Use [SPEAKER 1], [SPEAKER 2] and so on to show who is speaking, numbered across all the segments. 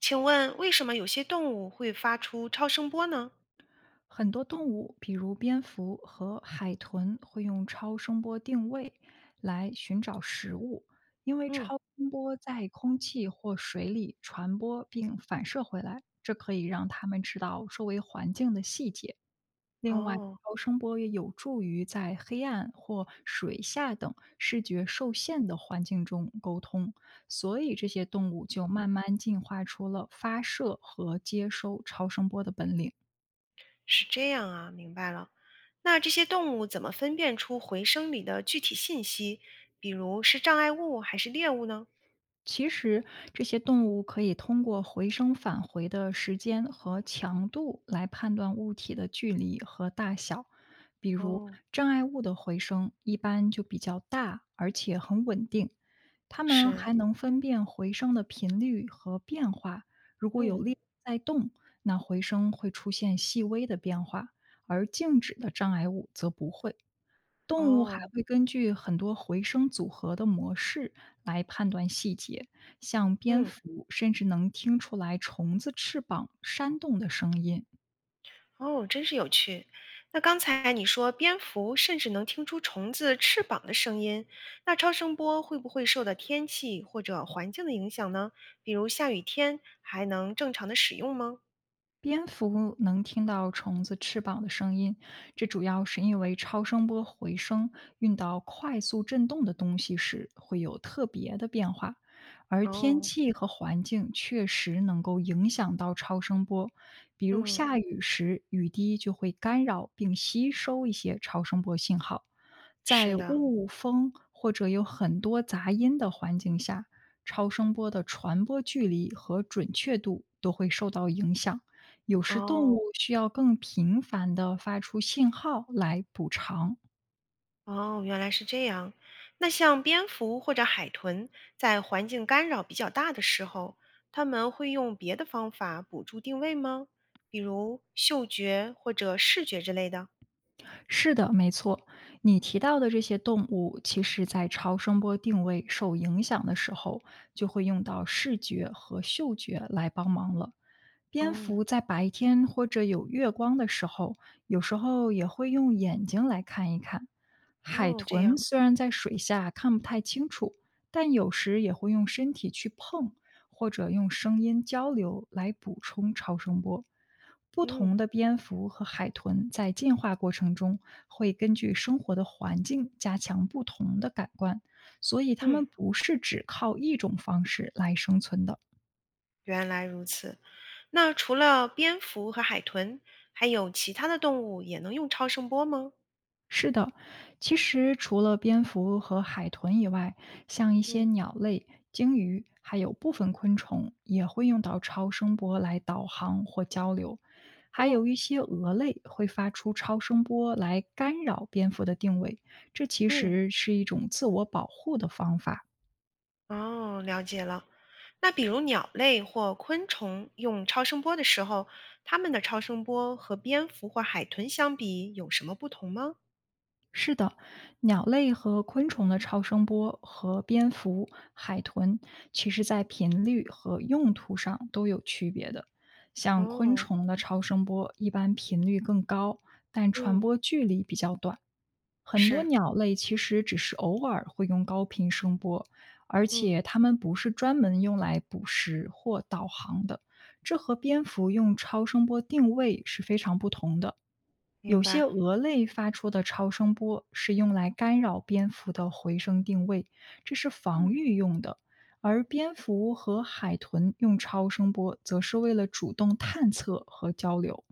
[SPEAKER 1] 请问为什么有些动物会发出超声波呢？
[SPEAKER 2] 很多动物，比如蝙蝠和海豚，会用超声波定位来寻找食物，因为
[SPEAKER 1] 嗯，
[SPEAKER 2] 超声波在空气或水里传播并反射回来，这可以让它们知道周围环境的细节。另外，
[SPEAKER 1] 哦，
[SPEAKER 2] 超声波也有助于在黑暗或水下等视觉受限的环境中沟通，所以这些动物就慢慢进化出了发射和接收超声波的本领。
[SPEAKER 1] 是这样啊，明白了。那这些动物怎么分辨出回声里的具体信息，比如是障碍物还是猎物呢？
[SPEAKER 2] 其实，这些动物可以通过回声返回的时间和强度来判断物体的距离和大小。比如，
[SPEAKER 1] 哦，
[SPEAKER 2] 障碍物的回声一般就比较大，而且很稳定。它们
[SPEAKER 1] 是，
[SPEAKER 2] 还能分辨回声的频率和变化。如果有
[SPEAKER 1] 嗯，
[SPEAKER 2] 猎物在动，那回声会出现细微的变化，而静止的障碍物则不会。动物还
[SPEAKER 1] 哦，
[SPEAKER 2] 会根据很多回声组合的模式来判断细节，像蝙
[SPEAKER 1] 嗯，
[SPEAKER 2] 蝠甚至能听出来虫子翅膀扇动的声音。
[SPEAKER 1] 哦，真是有趣。那刚才你说蝙蝠甚至能听出虫子翅膀的声音，那超声波会不会受到天气或者环境的影响呢？比如下雨天还能正常的使用吗？
[SPEAKER 2] 蝙蝠能听到虫子翅膀的声音，这主要是因为超声波回声运到快速振动的东西时会有特别的变化，而天
[SPEAKER 1] 哦，
[SPEAKER 2] 气和环境确实能够影响到超声波，比如
[SPEAKER 1] 嗯，
[SPEAKER 2] 下雨时，雨滴就会干扰并吸收一些超声波信号。
[SPEAKER 1] 是
[SPEAKER 2] 在
[SPEAKER 1] 的，
[SPEAKER 2] 雾、风或者有很多杂音的环境下，超声波的传播距离和准确度都会受到影响。有时动
[SPEAKER 1] 哦，
[SPEAKER 2] 物需要更频繁地发出信号来补偿。
[SPEAKER 1] 哦，原来是这样。那像蝙蝠或者海豚，在环境干扰比较大的时候，它们会用别的方法捕捉定位吗？比如嗅觉或者视觉之类的？
[SPEAKER 2] 是的，没错，你提到的这些动物，其实在超声波定位受影响的时候，就会用到视觉和嗅觉来帮忙了。蝙
[SPEAKER 1] 嗯，
[SPEAKER 2] 蝠在白天或者有月光的时候，有时候也会用眼睛来看一看。海
[SPEAKER 1] 哦，这
[SPEAKER 2] 豚
[SPEAKER 1] 样，
[SPEAKER 2] 虽然在水下看不太清楚，但有时也会用身体去碰，或者用声音交流来补充超声波。不
[SPEAKER 1] 嗯
[SPEAKER 2] 同的蝙蝠和海豚在进化过程中会根据生活的环境加强不同的感官，所以它
[SPEAKER 1] 嗯，
[SPEAKER 2] 们不是只靠一种方式来生存的。
[SPEAKER 1] 原来如此。那除了蝙蝠和海豚，还有其他的动物也能用超声波吗？
[SPEAKER 2] 是的，其实除了蝙蝠和海豚以外，像一些
[SPEAKER 1] 嗯，
[SPEAKER 2] 鸟类、鲸鱼，还有部分昆虫也会用到超声波来导航或交流。还
[SPEAKER 1] 哦，
[SPEAKER 2] 有一些蛾类会发出超声波来干扰蝙蝠的定位，这其
[SPEAKER 1] 嗯。
[SPEAKER 2] 实是一种自我保护的方法。
[SPEAKER 1] 哦，了解了。那比如鸟类或昆虫用超声波的时候，它们的超声波和蝙蝠或海豚相比有什么不同吗？
[SPEAKER 2] 是的，鸟类和昆虫的超声波和蝙蝠、海豚，其实在频率和用途上都有区别的。像昆
[SPEAKER 1] 哦，
[SPEAKER 2] 虫的超声波一般频率更高，但传
[SPEAKER 1] 嗯，
[SPEAKER 2] 播距离比较短。很多
[SPEAKER 1] 是，
[SPEAKER 2] 鸟类其实只是偶尔会用高频声波，而
[SPEAKER 1] 嗯，
[SPEAKER 2] 且它们不是专门用来捕食或导航的，这和蝙蝠用超声波定位是非常不同的。
[SPEAKER 1] 明
[SPEAKER 2] 有些
[SPEAKER 1] 白，
[SPEAKER 2] 蛾类发出的超声波是用来干扰蝙蝠的回声定位，这是防
[SPEAKER 1] 嗯，
[SPEAKER 2] 御用的；而蝙蝠和海豚用超声波，则是为了主动探测和交流。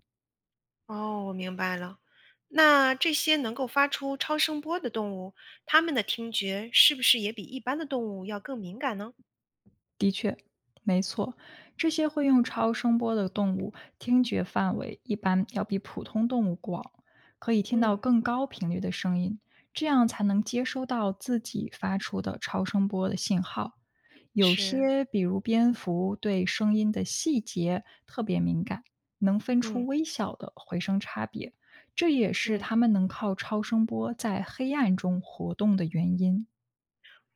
[SPEAKER 1] 哦，我明白了。那这些能够发出超声波的动物，它们的听觉是不是也比一般的动物要更敏感呢？
[SPEAKER 2] 没错，这些会用超声波的动物，听觉范围一般要比普通动物广，可以听到
[SPEAKER 1] 嗯，
[SPEAKER 2] 更高频率的声音，这样才能接收到自己发出的超声波的信号。有
[SPEAKER 1] 是，
[SPEAKER 2] 些，比如蝙蝠，对声音的细节特别敏感，能分出
[SPEAKER 1] 嗯
[SPEAKER 2] 微小的回声差别，这也是
[SPEAKER 1] 嗯。
[SPEAKER 2] 它们能靠超声波在黑暗中活动的原因。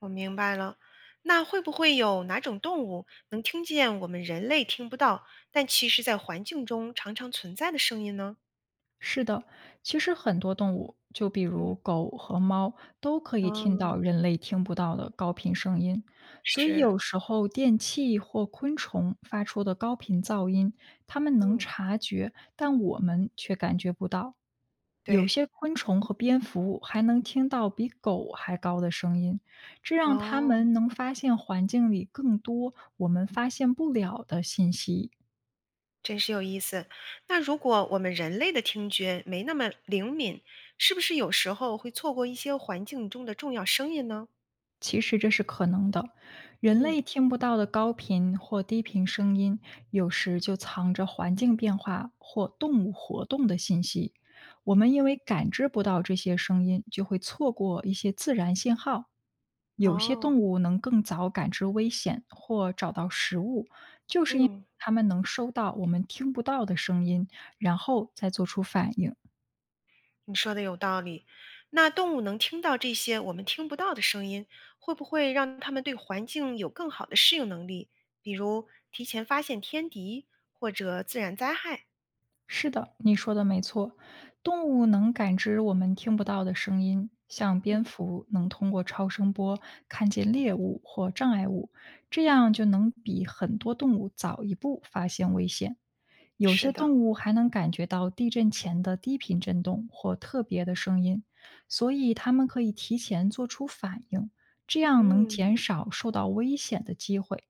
[SPEAKER 1] 我明白了，那会不会有哪种动物能听见我们人类听不到，但其实在环境中常常存在的声音呢？
[SPEAKER 2] 是的，其实很多动物，就比
[SPEAKER 1] 嗯，
[SPEAKER 2] 如狗和猫，都可以听
[SPEAKER 1] 哦，
[SPEAKER 2] 到人类听不到的高频声音，所以
[SPEAKER 1] 是，
[SPEAKER 2] 有时候电器或昆虫发出的高频噪音，它们能
[SPEAKER 1] 嗯，
[SPEAKER 2] 察觉，但我们却感觉不到。有
[SPEAKER 1] 对，
[SPEAKER 2] 些昆虫和蝙蝠还能听到比狗还高的声音，这让它
[SPEAKER 1] 哦，
[SPEAKER 2] 们能发现环境里更多我们发现不了的信息。
[SPEAKER 1] 真是有意思。那如果我们人类的听觉没那么灵敏，是不是有时候会错过一些环境中的重要声音呢？
[SPEAKER 2] 其实这是可能的。人
[SPEAKER 1] 嗯，
[SPEAKER 2] 类听不到的高频或低频声音，有时就藏着环境变化或动物活动的信息。我们因为感知不到这些声音，就会错过一些自然信号。有些
[SPEAKER 1] 哦，
[SPEAKER 2] 动物能更早感知危险或找到食物，就是因为
[SPEAKER 1] 嗯。
[SPEAKER 2] 它们能收到我们听不到的声音，然后再做出反应。
[SPEAKER 1] 你说的有道理。那动物能听到这些我们听不到的声音，会不会让它们对环境有更好的适应能力？比如提前发现天敌或者自然灾害？
[SPEAKER 2] 是的，你说的没错。动物能感知我们听不到的声音，像蝙
[SPEAKER 1] 嗯，
[SPEAKER 2] 蝠能通过超声波看见猎物或障碍物，这样就能比很多动物早一步发现危险。有
[SPEAKER 1] 是
[SPEAKER 2] 些动
[SPEAKER 1] 的，
[SPEAKER 2] 物还能感觉到地震前的低频震动或特别的声音，所以它们可以提前做出反应，这样能
[SPEAKER 1] 嗯，
[SPEAKER 2] 减少受到危险的机会。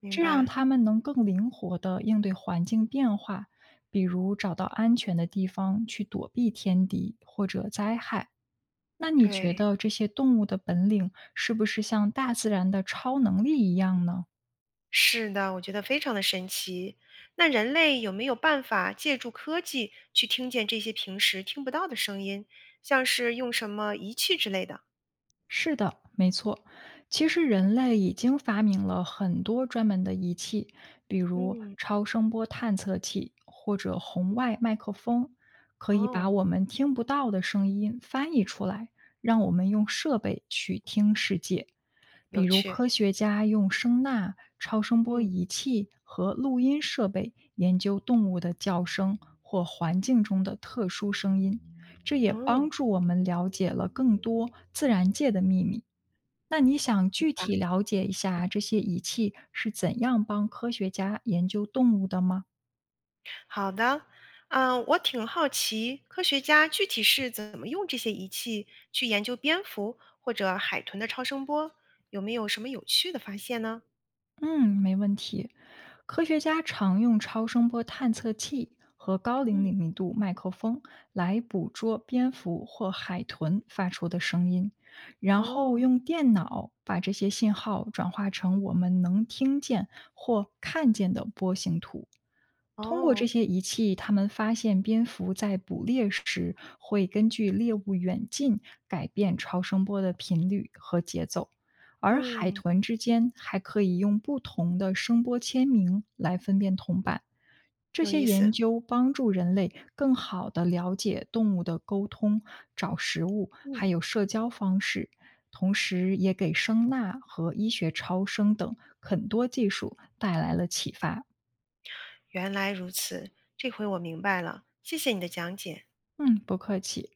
[SPEAKER 1] 明
[SPEAKER 2] 这让
[SPEAKER 1] 白。
[SPEAKER 2] 他们能更灵活地应对环境变化，比如找到安全的地方去躲避天敌或者灾害。那你觉
[SPEAKER 1] 对，
[SPEAKER 2] 得这些动物的本领是不是像大自然的超能力一样呢？
[SPEAKER 1] 是的，我觉得非常的神奇。那人类有没有办法借助科技去听见这些平时听不到的声音，像是用什么仪器之类的？
[SPEAKER 2] 是的，没错。其实人类已经发明了很多专门的仪器，比如
[SPEAKER 1] 嗯，
[SPEAKER 2] 超声波探测器或者红外麦克风，可以把
[SPEAKER 1] 哦，
[SPEAKER 2] 我们听不到的声音翻译出来，让我们用设备去听世界。比
[SPEAKER 1] 有
[SPEAKER 2] 如
[SPEAKER 1] 趣。
[SPEAKER 2] 科学家用声呐、超声波
[SPEAKER 1] 嗯，
[SPEAKER 2] 仪器和录音设备研究动物的叫声或环境中的特殊声音，这也
[SPEAKER 1] 哦，
[SPEAKER 2] 帮
[SPEAKER 1] 明
[SPEAKER 2] 助我们了解了更多自然界的秘密。那你想具
[SPEAKER 1] 白
[SPEAKER 2] 体了解一下这些仪器是怎样帮科学家研究动物的吗？
[SPEAKER 1] 好的，嗯，我挺好奇，科学家具体是怎么用这些仪器去研究蝙蝠或者海豚的超声波，有没有什么有趣的发现呢？
[SPEAKER 2] 嗯，没问题。科学家常用超声波探测器和高灵
[SPEAKER 1] 嗯，
[SPEAKER 2] 敏度麦克风来捕捉蝙蝠或海豚发出的声音，然后
[SPEAKER 1] 哦，
[SPEAKER 2] 用电脑把这些信号转化成我们能听见或看见的波形图。通过这
[SPEAKER 1] 哦，
[SPEAKER 2] 些仪器，他们发现蝙蝠在捕猎时会根据猎物远近改变超声波的频率和节奏。而海
[SPEAKER 1] 嗯，
[SPEAKER 2] 豚之间还可以用不同的声波签名来分辨同伴。这
[SPEAKER 1] 有
[SPEAKER 2] 些
[SPEAKER 1] 意
[SPEAKER 2] 研
[SPEAKER 1] 思，
[SPEAKER 2] 究帮助人类更好地了解动物的沟通、找食物，还
[SPEAKER 1] 嗯，
[SPEAKER 2] 有社交方式，同时也给声呐和医学超声等很多技术带来了启发。
[SPEAKER 1] 原来如此，这回我明白了，谢谢你的讲解。
[SPEAKER 2] 嗯，不客气。